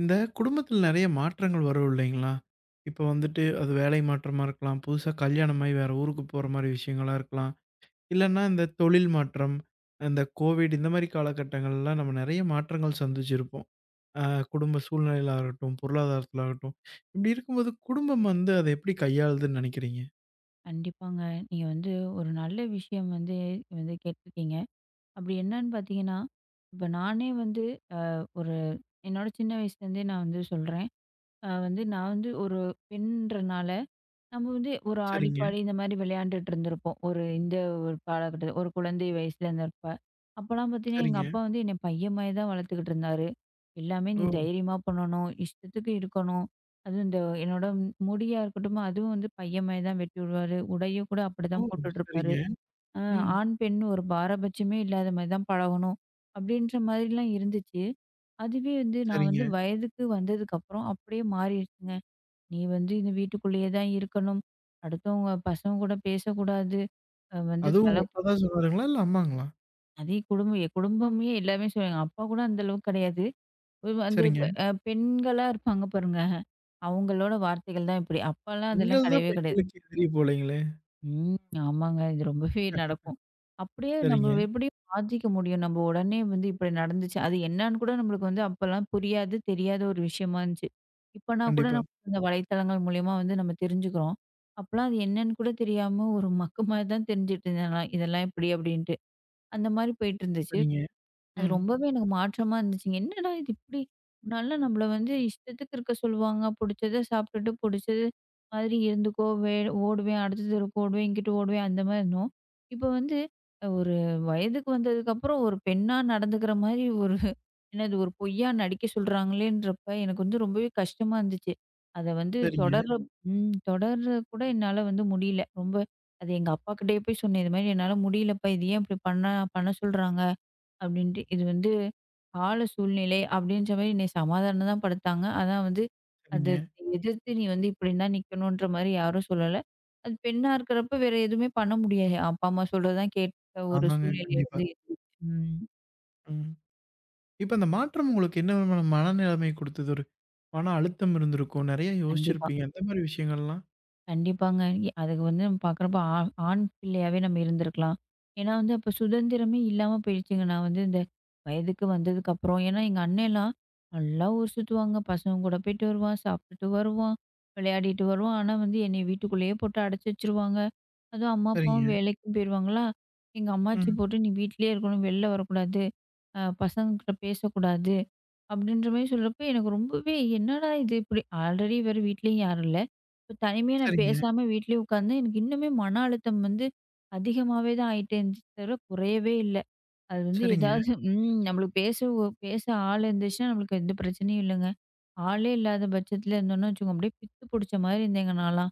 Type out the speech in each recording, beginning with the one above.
இந்த குடும்பத்துல நெறைய மாற்றங்கள் வரும் இல்லைங்களா? இப்போ வந்துட்டு அது வேலை மாற்றமா இருக்கலாம், புதுசா கல்யாணமாகி வேற ஊருக்கு போற மாரி விஷயங்களா இருக்கலாம், இல்லன்னா இந்த தொழில் மாற்றம், இந்த கோவிட் இந்த மாரி காலகட்டங்கள்லாம் நம்ம நெறைய மாற்றங்கள் சந்திச்சிருப்போம். அ குடும்ப சூழ்நிலையில ஆகட்டும், பொருளாதாரத்துல ஆகட்டும். இப்படி இருக்கும்போது குடும்பம் வந்து அத எப்படி கையாளுதுன்னு நெனைக்கிறீங்க? கண்டிப்பாங்க. நீங்க வந்து ஒரு நல்ல விஷயம் வந்து வந்து கேட்டிருக்கீங்க. அப்படி என்னன்னு பார்த்தீங்கன்னா, இப்ப நானே வந்து ஒரு என்னோட சின்ன வயசுலேருந்தே நான் வந்து சொல்றேன். வந்து நான் வந்து ஒரு பெண்ன்றனால நம்ம வந்து ஒரு ஆடி சரிங்க, பாடி இந்த மாதிரி விளையாண்டுட்டு இருந்திருப்போம். ஒரு இந்த ஒரு காலகட்டத்துல ஒரு குழந்தை வயசுல இருந்தப்ப. அப்பலாம் பார்த்தீங்கன்னா, எங்க சரிங்க. அப்பா வந்து என்னை பையன் மாரி தான் வளர்த்துக்கிட்டு இருந்தாரு. எல்லாமே ஓ! நீ தைரியமா பண்ணணும், இஷ்டத்துக்கு இருக்கணும். அதுவும் இந்த என்னோட முடியா இருக்கட்டும், அதுவும் வந்து பையன் மாரி தான் வெட்டி விடுவாரு. உடையும் கூட ஓ! அப்படிதான் சரிங்க. போட்டுட்ருப்பாரு. அ ம். ஆண், பெண் ஒரு பாரபட்சமே இல்லாத மாரி தான் பழகணும். அப்படின்ற மாதிரிலாம் இருந்துச்சு. அதுவே வந்து நான் சரிங்க. வந்து வயதுக்கு வந்ததுக்கப்புறம் அப்படியே மாறிடுச்சுங்க. நீ வந்து இந்த வீட்டுக்குள்ளேயே தான் இருக்கணும். அடுத்தவங்க பசங்க கூட பேசக்கூடாது. அ வந்து அதுவும் தல உங்க அப்பா தான் சொன்னாருங்களா? இல்ல அம்மாங்களா? அதே குடும்பம் என் குடும்பமே எல்லாமே எங்க அப்பா கூட அந்த அளவுக்கு கிடையாது. ஒரு அந்த சரிங்க. பெண்களா இருப்பாங்க பாருங்க. அவங்களோட வார்த்தைகள் தான் இப்படி. அப்பாலாம் அதெல்லாம் பெண்கள் தான் கிடையவே கிடையாது. பெண்களுக்கு எதிரி போலங்களே. ம். ஆமாங்க. இது ரொம்பவே நடக்கும். அப்படியே நம்ம சரிங்க. எப்படி மாத்திக்க முடியும்? நம்ம உடனே வந்து இப்படி நடந்துச்சு. அது என்னான்னு கூட நம்மளுக்கு வந்து அப்பலாம் புரியாது, தெரியாத ஒரு விஷயமா இருந்துச்சு. இப்பனா கூட கண்டிப்பா. நம்ம இந்த வலைத்தளங்கள் மூலியமா வந்து நம்ம தெரிஞ்சுக்கிறோம். அப்பலாம் அது என்னன்னு கூட தெரியாம ஒரு மக்கு மாரி தான் தெரிஞ்சுட்டு இருந்தேன் நான். இதெல்லாம் இப்படி அப்படின்ட்டு. அந்த மாரி போயிட்டு இருந்துச்சு. சரிங்க. அது ம். ரொம்பவே எனக்கு மாற்றமா இருந்துச்சுங்க. என்னடா இது இப்படி? முன்னாடிலாம் நம்மள வந்து இஷ்டத்துக்கு இருக்க சொல்லுவாங்க. புடிச்சத சாப்பிட்டுட்டு, புடிச்சது மாதிரி இருந்துக்கோ, ஓடுவேன், அடுத்த தெருக்கு ஓடுவேன், இங்கிட்டு ஓடுவேன் அந்த மாரி இருந்தோம். இப்போ வந்து ஒரு வயதுக்கு வந்ததுக்கப்புறம் ஒரு பெண்ணா நடந்துக்கிற மாரி ஒரு என்னது ஒரு பொய்யா நடிக்க சொல்றாங்களேன்றப்ப எனக்கு வந்து ரொம்பவே கஷ்டமா இருந்துச்சு. அத வந்து சரிங்க, தொடர கூட என்னால வந்து முடியல. ரொம்ப அது எங்க அப்பாக்கிட்டயே போய் சொன்னேன். இது மாரி என்னால முடியலப்பா. இது ஏன் இப்படி பண்ண பண்ண சொல்றாங்க? அப்படின்ட்டு இது வந்து கால சூழ்நிலை அப்படின்ற மாரி என்னை சமாதானம் தான் படுத்தாங்க. அதான் வந்து அது சரிங்க. எதிர்த்து நீ வந்து இப்படின்னு தான் நிக்கணுன்ற மாரி யாரும் சொல்லல. அது பெண்ணா இருக்கிறப்ப வேற எதுவுமே பண்ண முடியாது. அப்பா, அம்மா சொல்றதான் கேட்ட ஒரு ஆமாங்க. சூழ்நிலை கண்டிப்பா. வந்து இருந்துச்சு. ம். ம். இப்ப அந்த மாற்றம் உங்களுக்கு என்ன விதமான மனநிலைமை குடுத்தது? ஒரு மன அழுத்தம் இருந்திருக்கும். நெறைய கண்டிப்பா. யோசிச்சிருப்பீங்க. அந்த மாரி விஷயங்கள்லாம்? கண்டிப்பாங்க. அதுக்கு வந்து நம்ம பார்க்குறப்போ ஆண் பிள்ளையாவே நம்ம இருந்திருக்கலாம். ஏன்னா வந்து அப்ப சுதந்திரமே இல்லாம போயிடுச்சுங்க. நான் வந்து இந்த வயதுக்கு வந்ததுக்கப்புறம். ஏன்னா எங்க அண்ணன்லாம் நல்லா ஊர் சுத்துவாங்க. பசங்க கூட போயிட்டு வருவான், சாப்பிட்டுட்டு வருவான், விளையாடிட்டு வருவான். ஆனா வந்து என்னைய வீட்டுக்குள்ளேயே போட்டு அடைச்சு வச்சுருவாங்க. அதுவும் அம்மா, அப்பாவும் சரிங்க. வேலைக்கும் போயிருவாங்களா, எங்க அம்மாச்சி ம். போட்டு "நீ வீட்லயே இருக்கணும். வெளில வரக்கூடாது. பசங்ககிட்ட பேசக்கூடாது." அப்படின்ற மாரி சொல்றப்ப எனக்கு ரொம்பவே என்னடா இது இப்படி ஆல்ரெடி வேற வீட்லயும் யாரும் இல்ல. இப்ப தனிமையா நான் சரிங்க, பேசாம வீட்லயே உட்காந்து எனக்கு இன்னுமே மன அழுத்தம் வந்து அதிகமாவே தான் ஆயிட்டே இருந்துச்சு தவிர குறையவே இல்ல. அது வந்து சரிங்க. ஏதாவது நம்மளுக்கு பேச பேச ஆள் இருந்துச்சுன்னா நம்மளுக்கு எந்த பிரச்சனையும் இல்லங்க. ஆளே இல்லாத பட்சத்துல இருந்தோம்னு வச்சுக்கோங்க, அப்படியே பித்து புடிச்ச மாரி இருந்தேங்க நான்லாம்.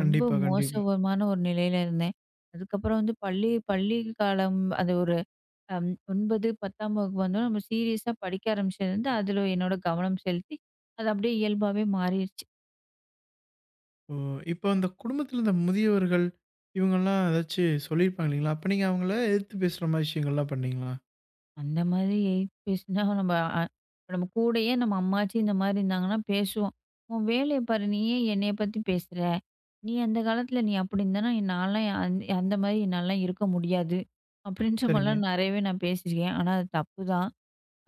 ரொம்ப கண்டிப்பா. மோசமான ஒரு நிலையில இருந்தேன். அதுக்கப்புறம் வந்து பள்ளி பள்ளி காலம் அது ஒரு 9, 10ஆம் வகுப்பு வந்தோனே நம்ம சீரியஸா படிக்க ஆரம்பிச்சதுலருந்து, அதில என்னோட கவனம் செலுத்தி, அது அப்படியே இயல்பாவே மாறிருச்சு. ஓ! இப்ப அந்த குடும்பத்தில இந்த முதியவர்கள் இவங்கலாம் ஏதாச்சு சொல்லியிருப்பாங்க இல்லைங்களா? அப்ப நீங்க அவங்கள எதிர்த்து பேசுற மாரி விஷயங்கள்லாம் பண்ணீங்களா? அந்த மாதிரி 8த் பேசினா நம்ம அ இப்ப நம்ம கூடயே நம்ம அம்மாச்சி இந்த மாரி இருந்தாங்கன்னா பேசுவோம். "உன் வேலைய பாரு! நீ ஏன் என்னைய பத்தி பேசுற? நீ அந்த காலத்தில நீ அப்படி இருந்தனா, நான்லாம் அந்த மாரி என்னாலலாம் இருக்க முடியாது." அப்படின்ற சரிங்க. மாரிலாம் நெறையவே நான் பேசியிருக்கேன். ஆனா அது தப்பு தான்.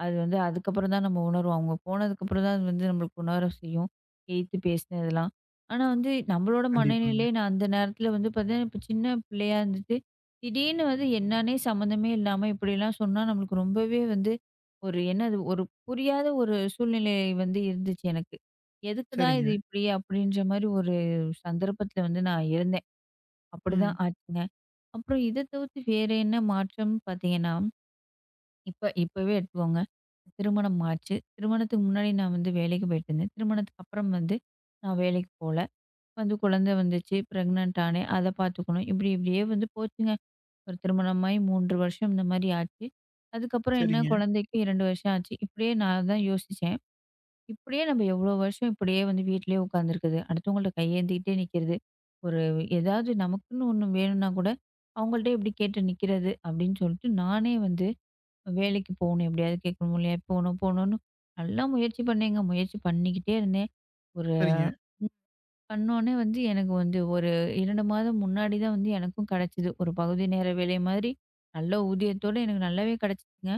அது வந்து அதுக்கப்புறம் தான் நம்ம உணர்வோம். அவங்க போனதுக்கப்புறம் தான் அது வந்து நம்மளுக்கு உணர செய்யும். எய்த்து பேசினதெல்லாம். ஆனா வந்து நம்மளோட கண்டிப்பாங்க. மனநிலை நான் அந்த நேரத்தில வந்து பார்த்தீங்கன்னா, இப்ப சின்ன பிள்ளையா இருந்துட்டு, திடீர்னு வந்து என்னான்னே சம்மந்தமே இல்லாம இப்படிலாம் சொன்னா நம்மளுக்கு ரொம்பவே வந்து ஒரு என்னது ஒரு புரியாத ஒரு சூழ்நிலை வந்து இருந்துச்சு எனக்கு. எதுக்குடா இது சரிங்க. இப்படி அப்படின்ற மாரி ஒரு சந்தர்ப்பத்தில வந்து நான் இருந்தேன். ம். அப்படிதான் ஆச்சுங்க. அப்புறம் இத தவிர்த்து வேற என்ன மாற்றம்னு பார்த்தீங்கன்னா இப்ப இப்பவே எடுத்துக்கோங்க. திருமணம் ஆச்சு. திருமணத்துக்கு முன்னாடி நான் வந்து வேலைக்கு போயிட்டுருந்தேன். திருமணத்துக்கு அப்புறம் வந்து நான் வேலைக்கு போல. வந்து குழந்தை வந்துச்சு, பிரெக்னன்ட் ஆனேன். அத பார்த்துக்கணும். இப்படி இப்படியே வந்து போச்சுங்க. ஒரு திருமணமாகி 3 வருஷம் இந்த மாரி ஆச்சு. அதுக்கப்புறம் என்ன சரிங்க, குழந்தைக்கு 2 வருஷம் ஆச்சு. இப்படியே நான் தான் யோசிச்சேன். இப்படியே நம்ம எவ்வளோ வருஷம் இப்படியே வந்து வீட்லயே உட்காந்துருக்குது. அடுத்தவங்கள்ட்ட கையேந்திக்கிட்டே நிக்கிறது. ஒரு ஏதாவது நமக்குன்னு ஒண்ணு வேணும்னா கூட, அவங்கள்ட்ட எப்படி கேட்டு நிக்கிறது அப்படின்னு சொல்லிட்டு நானே வந்து வேலைக்கு போகணும் எப்படியாவது கேட்கணும் இல்லையா போகணும் போகணும்னு நல்லா முயற்சி பண்ணிக்கிட்டே இருந்தேன் ஒரு சரிங்க, பண்ணோன்னே வந்து எனக்கு வந்து ஒரு 2 மாதம் முன்னாடி தான் வந்து எனக்கும் கிடைச்சது ஒரு பகுதி நேர வேலை மாதிரி நல்ல ஊதியத்தோட எனக்கு நல்லாவே கிடைச்சிச்சுங்க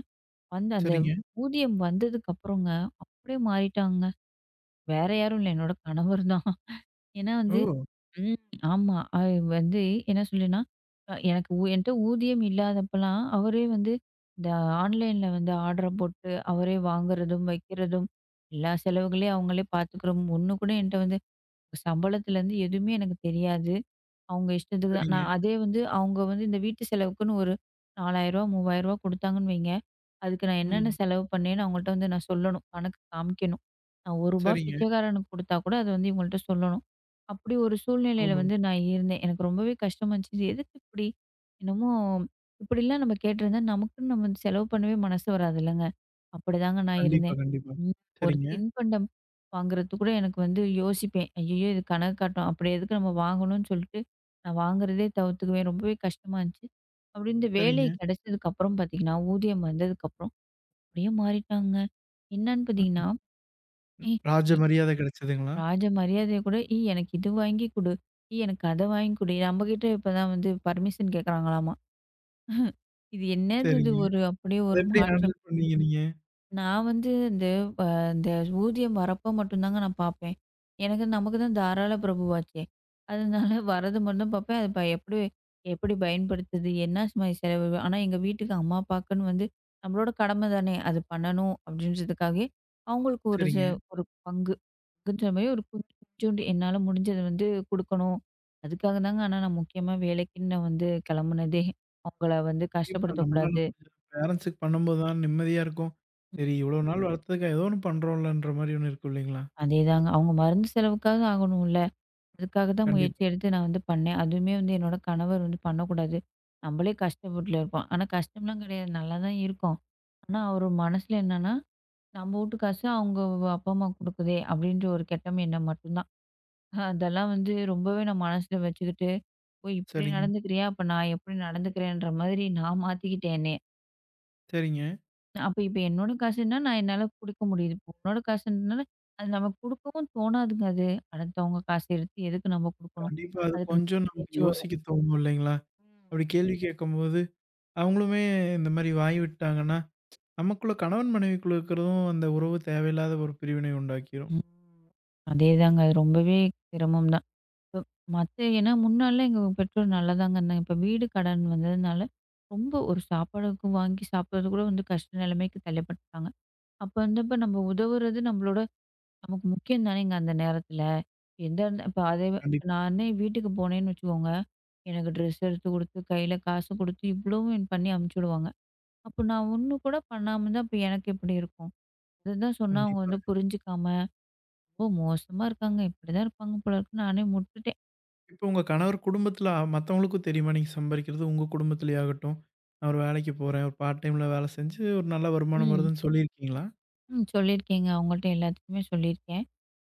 வந்து அந்த சரிங்க. ஊதியம் வந்ததுக்கு அப்புறங்க அப்படியே மாறிட்டாங்க வேற யாரும் இல்லை என்னோட கணவர் தான் ஏன்னா ஓ! வந்து ம். ஆமா. அது வந்து என்ன சொல்லுன்னா, எனக்கு என்ட்ட ஊதியம் இல்லாதப்பலாம், அவரே வந்து இந்த ஆன்லைன்ல வந்து ஆர்டர போட்டு, அவரே வாங்குறதும், வைக்கிறதும், எல்லா செலவுகளையும் அவங்களே பார்த்துக்கிறோம். ஒண்ணு கூட என்ட்ட வந்து சம்பளத்துலேருந்து எதுவுமே எனக்கு தெரியாது. அவங்க இஷ்டத்துக்கு தான். சரிங்க. நான் அதே வந்து அவங்க வந்து இந்த வீட்டு செலவுக்குன்னு ஒரு ரூ. 4000 ரூ. 3000 குடுத்தாங்கன்னு வைங்க, அதுக்கு நான் என்னென்ன ம். செலவு பண்ணேன்னு அவங்கள்ட்ட வந்து நான் சொல்லணும். கணக்கு காமிக்கணும். நான் ரூ. 1 சரிங்க. பிச்சைக்காரனுக்கு குடுத்தா கூட அத வந்து இவங்கள்ட்ட சொல்லணும். அப்படி ஒரு ஓ! சூழ்நிலையில வந்து நான் இருந்தேன். எனக்கு ரொம்பவே கஷ்டமா இருந்துச்சு. இது எதுக்கு இப்படி? என்னமோ இப்படிலாம் நம்ம கேட்டிருந்தா நமக்குன்னு நம்ம செலவு பண்ணவே மனசு வராதுல்லங்க. அப்படிதாங்க நான் கண்டிப்பா, இருந்தேன். கண்டிப்பா. ம். ஒரு சரிங்க, தின்பண்டம் வாங்குறதுக்கு கூட எனக்கு வந்து யோசிப்பேன். ஐயய்யோ! இது கணக்கு காட்டும். அப்படி எதுக்கு நம்ம வாங்கணும்னு சொல்லிட்டு நான் வாங்குறதே தவிர்த்துக்குவேன். ரொம்பவே கஷ்டமா இருந்துச்சு. அப்படி இந்த வேலை சரிங்க. கிடைச்சதுக்கப்புறம் பார்த்தீங்கன்னா, ஊதியம் வந்ததுக்கப்புறம் அப்படியே மாறிட்டாங்க. என்னன்னு ம். பார்த்தீங்கன்னா, "ஏய் ராஜ இ மரியாதை கிடைச்சதுங்களா? ராஜ மரியாதைய கூட, ஏய் எனக்கு இது வாங்கி குடு, ஏய் எனக்கு அத வாங்கி குடு." நம்மகிட்ட இப்ப தான் வந்து பர்மிஷன் கேட்கறாங்களாமா. இது என்னது இது சரிங்க. ஒரு அப்படியே அத ஒரு எப்படி மாற்றம். ஹேண்டில் பண்ணீங்க நீங்க? நான் வந்து இந்த அ இந்த ஊதியம் வரப்ப மட்டும் தாங்க நான் பார்ப்பேன். எனக்கு நமக்கு தான் தாராள பிரபுவாச்சே! அதனால வரது மட்டும் தான் பார்ப்பேன். அது எப்படி எப்படி பயன்படுத்துது? என்ன மாதிரி செலவு? ஆனா எங்க வீட்டுக்கு அம்மா, அப்பாக்குன்னு வந்து நம்மளோட கடமை தானே! அது பண்ணணும் அப்படின்றதுக்காகவே அவங்களுக்கு சரிங்க. ஒரு பங்கு பங்குன்ற மாரி ஒரு கொஞ்சோண்டு என்னால முடிஞ்சது வந்து குடுக்கணும். அதுக்காக தாங்க ஆனா நான் முக்கியமா வேலைக்குன்னு நான் வந்து கிளம்புனதே. அவங்கள வந்து கண்டிப்பா நம்மளால கஷ்டப்படுத்தக்கூடாது. முடிஞ்ச பேரண்ட்ஸுக்கு பண்ணும்போது தான் நிம்மதியா இருக்கும். சரி இவ்வளோ நாள் வளர்த்ததுக்கு ஏதோ ஒண்ணு பண்றோம்லன்ற மாரி ஒண்ணு இருக்கும் இல்லைங்களா? அதேதாங்க. அவங்க மருந்து செலவுக்காவது ஆகணும்ல. அதுக்காக தான் முயற்சி கண்டிப்பா. எடுத்து நான் வந்து பண்ணேன். அதுவுமே வந்து என்னோட கணவர் வந்து பண்ணக்கூடாது. நம்பளே கஷ்டப்பட்டுல இருக்கோம். ஆனா கஷ்டம்லாம் கிடையாது. நல்லா தான் இருக்கோம். ஆனா அவரு மனசுல என்னன்னா, "நம்ப வூட்டு காசு அவங்க அப்பா, அம்மா குடுக்குதே!" அப்படின்ற ஒரு கெட்ட எண்ணம் மட்டும்தான். அதெல்லாம் வந்து ரொம்பவே நான் மனசுல வச்சுக்கிட்டு, "ஓ! இப்படி சரிங்க, நடந்துக்கிறியா? அப்ப நான் எப்படி நடந்துக்கிறேன்ற" மாதிரி நான் மாத்திக்கிட்டேன் என்னைய. சரிங்க. அப்ப இப்ப என்னோட காசுன்னா, நான் என்னால குடுக்க முடியுது. இப்ப உன்னோட காசுன்றனால, அது நமக்கு குடுக்கவும் தோணாதுங்க அது. அடுத்தவங்க காசு எடுத்து எதுக்கு நம்ம குடுக்கணும்? கண்டிப்பா அது அதுக்கு கொஞ்சம் நமக்கு முயற்சி யோசிக்க தோணும் இல்லைங்களா? ம். அப்படி கேள்வி கேட்கும்போது, அவங்களுமே இந்த மாரி வாய் விட்டாங்கன்னா, நமக்குள்ள கணவன் மனைவிக்குள்ள இருக்கிறதும் அந்த உறவு தேவையில்லாத ஒரு பிரிவினை உண்டாக்கிரும். ம். அதேதாங்க. அது ரொம்பவே சிரமம் தான். இப்ப மத்த ஏன்னா முன்னாடிலாம் எங்க பெற்றோர் நல்லாதாங்க இருந்தாங்க. இப்ப வீடு கடன் வந்ததுனால, ரொம்ப ஒரு சாப்பாடுக்கு வாங்கி சாப்பிடுறது கூட வந்து கஷ்ட நிலைமைக்கு தள்ளப்பட்டுட்டாங்க. அப்ப வந்தப்ப நம்ம உதவுறது நம்மளோட நமக்கு முக்கியம் தானேங்க அந்த நேரத்துல. எந்த இருந்த இப்ப அதே இப்ப கண்டிப் நானே வீட்டுக்கு போனேன்னு வச்சுக்கோங்க, எனக்கு ட்ரெஸ் எடுத்து குடுத்து, கையில காசு குடுத்து இவ்வளவும் பண்ணி அனுப்பிச்சு விடுவாங்க. அப்ப நான் ஒண்ணு கூட பண்ணாம இருந்தா, அப்ப எனக்கு எப்படி இருக்கும்? அதுதான் சொன்னா அவங்க கண்டிப்பா. வந்து புரிஞ்சுக்காம ஓ! மோசமா இருக்காங்க. இப்படிதான் இருப்பாங்க போல இருக்குன்னு நானே முட்டுட்டேன். இப்போ உங்க கணவர் குடும்பத்தில மத்தவங்களுக்கும் தெரியுமா? நீங்க சம்பாரிக்கிறது உங்க குடும்பத்திலேயே ஆகட்டும். நான் ஒரு வேலைக்கு போறேன். ஒரு பார்ட் டைம்ல வேலை செஞ்சு ஒரு நல்ல வருமானம் ம். வருதுன்னு சொல்லியிருக்கீங்களா? ம் சொல்லியிருக்கேங்க. அவங்கள்ட்ட எல்லாத்துக்குமே சொல்லியிருக்கேன்.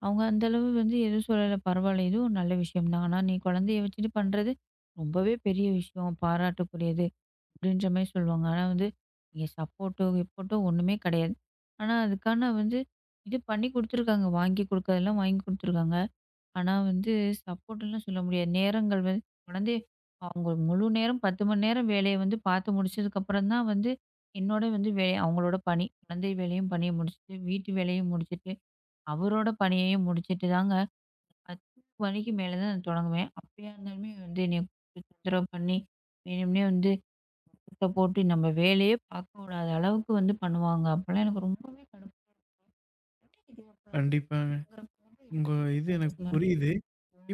அவங்க அந்த அளவு வந்து எதுவும் சொல்லல. பரவாயில்ல இதுவும் நல்ல விஷயம் தான். ஆனா நீ குழந்தைய வச்சுட்டு பண்றது ரொம்பவே பெரிய விஷயம். பாராட்டுக்குரியது. அப்படின்ற மாரி சொல்லுவாங்க. ஆனா வந்து இங்க சப்போர்ட்டோ, கிப்போர்ட்டோ ஒண்ணுமே கிடையாது. ஆனா அதுக்கான வந்து இது பண்ணி குடுத்துருக்காங்க. வாங்கி குடுக்கறதெல்லாம் வாங்கி குடுத்துருக்காங்க. ஆனா வந்து சப்போர்ட்லாம் சொல்ல முடியாது. நேரங்கள் வந்து குழந்தை அவங்க முழு நேரம் 10 மணி நேரம் வேலைய வந்து பார்த்து முடிச்சதுக்கப்புறம் தான் வந்து, என்னோட வந்து அவங்களோட பணி. குழந்தை வேலையும் பணிய முடிச்சுட்டு, வீட்டு வேலையும் முடிச்சுட்டு, அவரோட பணியையும் முடிச்சுட்டு தாங்க 10 மணிக்கு மேல தான் நான் தொடங்குவேன். அப்படியா இருந்தாலுமே வந்து என்னைய கூப்பிட்டு தொந்தரவு பண்ணி, வேணும்னே வந்து சத்த போட்டு நம்ம வேலையே பார்க்க விடாத அளவுக்கு வந்து பண்ணுவாங்க. அப்பலாம் எனக்கு ரொம்பவே கண்டிப்பாங்க. கடுப்பாகும். உங்க இது எனக்கு புரியுது.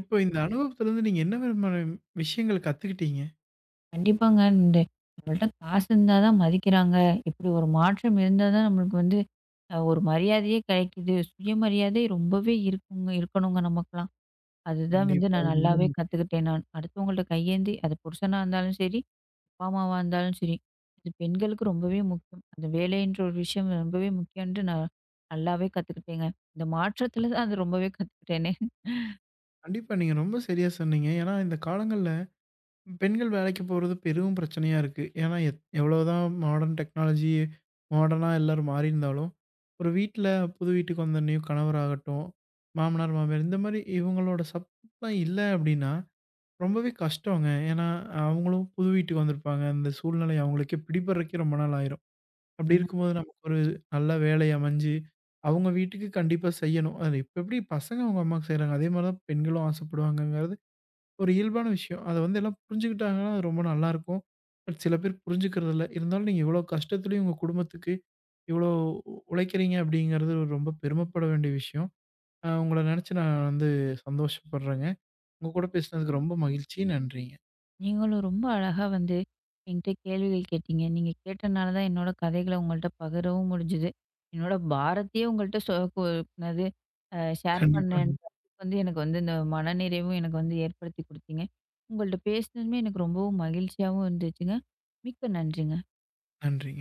இப்போ இந்த அனுபவத்திலருந்து நீங்க என்ன விதமான விஷயங்கள் கத்துக்கிட்டீங்க? கண்டிப்பாங்க. இந்த நம்மள்ட்ட காசு இருந்தா தான் மதிக்கிறாங்க. இப்படி ஒரு மாற்றம் இருந்தா தான் நம்மளுக்கு வந்து ஒரு மரியாதையே கிடைக்குது. சுயமரியாதை ரொம்பவே இருக்குங்க இருக்கணுங்க நமக்கெல்லாம். அதுதான் வந்து கண்டிப்பா. நான் அது ரொம்ப நல்லாவே முக் கத்துக்கிட்டேன் நான். அடுத்தவங்கள்ட்ட கையேந்தி அது புருஷனா இருந்தாலும் சரி, அப்பா அம்மாவா இருந்தாலும் சரி. அது பெண்களுக்கு ரொம்பவே முக்கியம். அந்த வேலைன்ற ஒரு விஷயம் ரொம்பவே முக்கியம்ன்ட்டு நான் நல்லாவே கத்துக்கிட்டேங்க. இந்த மாற்றத்துல தான் அது ரொம்பவே கத்துக்கிட்டேனே. கண்டிப்பா நீங்க ரொம்ப சரியா சொன்னீங்க. ஏன்னா இந்த காலங்கள்ல பெண்கள் வேலைக்கு போறது பெரும் பிரச்சனையா இருக்கு. ஏன்னா, எவ்வளோதான் மாடர்ன் டெக்னாலஜி மாடர்னா எல்லாரும் மாறியிருந்தாலும், ஒரு வீட்ல புது வீட்டுக்கு வந்தோன்னே கணவராகட்டும், மாமனார், மாமியார் இந்த மாரி இவங்களோட சப்போர்ட்லாம் இல்ல அப்படின்னா, ரொம்பவே கஷ்டங்க. ஏன்னா, அவங்களும் புது வீட்டுக்கு வந்திருப்பாங்க. அந்த சூழ்நிலை அவங்களுக்கே பிடிபடுறதுக்கே ரொம்ப நாள் ஆயிரும். அப்படி இருக்கும்போது நமக்கு ஒரு நல்ல வேலை அமைஞ்சு, அவங்க வீட்டுக்கு கண்டிப்பா செய்யணும். அது இப்ப எப்படி பசங்க அவங்க அம்மாவுக்கு செய்றாங்க, அதே மாரி தான் பெண்களும் ஆசைப்படுவாங்கங்கிறது ஒரு இயல்பான விஷயம். அத வந்து எல்லாம் புரிஞ்சுக்கிட்டாங்கன்னா, அது ரொம்ப நல்லாருக்கும். பட் சில பேர் புரிஞ்சுக்கிறதில்ல. இருந்தாலும் நீங்க இவ்வளோ கஷ்டத்துலயும் உங்க குடும்பத்துக்கு இவ்வளோ உழைக்கிறீங்க அப்படிங்கிறது ஒரு ரொம்ப பெருமைப்பட வேண்டிய விஷயம். உங்கள நினைச்சு நான் வந்து சந்தோஷப்படுறேங்க. உங்க கூட பேசினதுக்கு ரொம்ப மகிழ்ச்சி. நன்றிங்க. நீங்களும் ரொம்ப அழகா வந்து என்கிட்ட கேள்விகள் கேட்டீங்க. நீங்க கேட்டனால தான் என்னோட கதைகள உங்கள்ட்ட பகிரவும் முடிஞ்சது. என்னோட பாரத்தையே உங்கள்ட்ட சொ கு என்னது அ ஷேர் பண்ணேன். கண்டிப்பாங்க. வந்து எனக்கு வந்து இந்த மனநிறைவும் எனக்கு வந்து ஏற்படுத்தி குடுத்தீங்க. உங்கள்ட்ட பேசினதுமே எனக்கு ரொம்பவும் மகிழ்ச்சியாவும் இருந்துச்சுங்க. மிக்க நன்றிங்க. நன்றிங்க.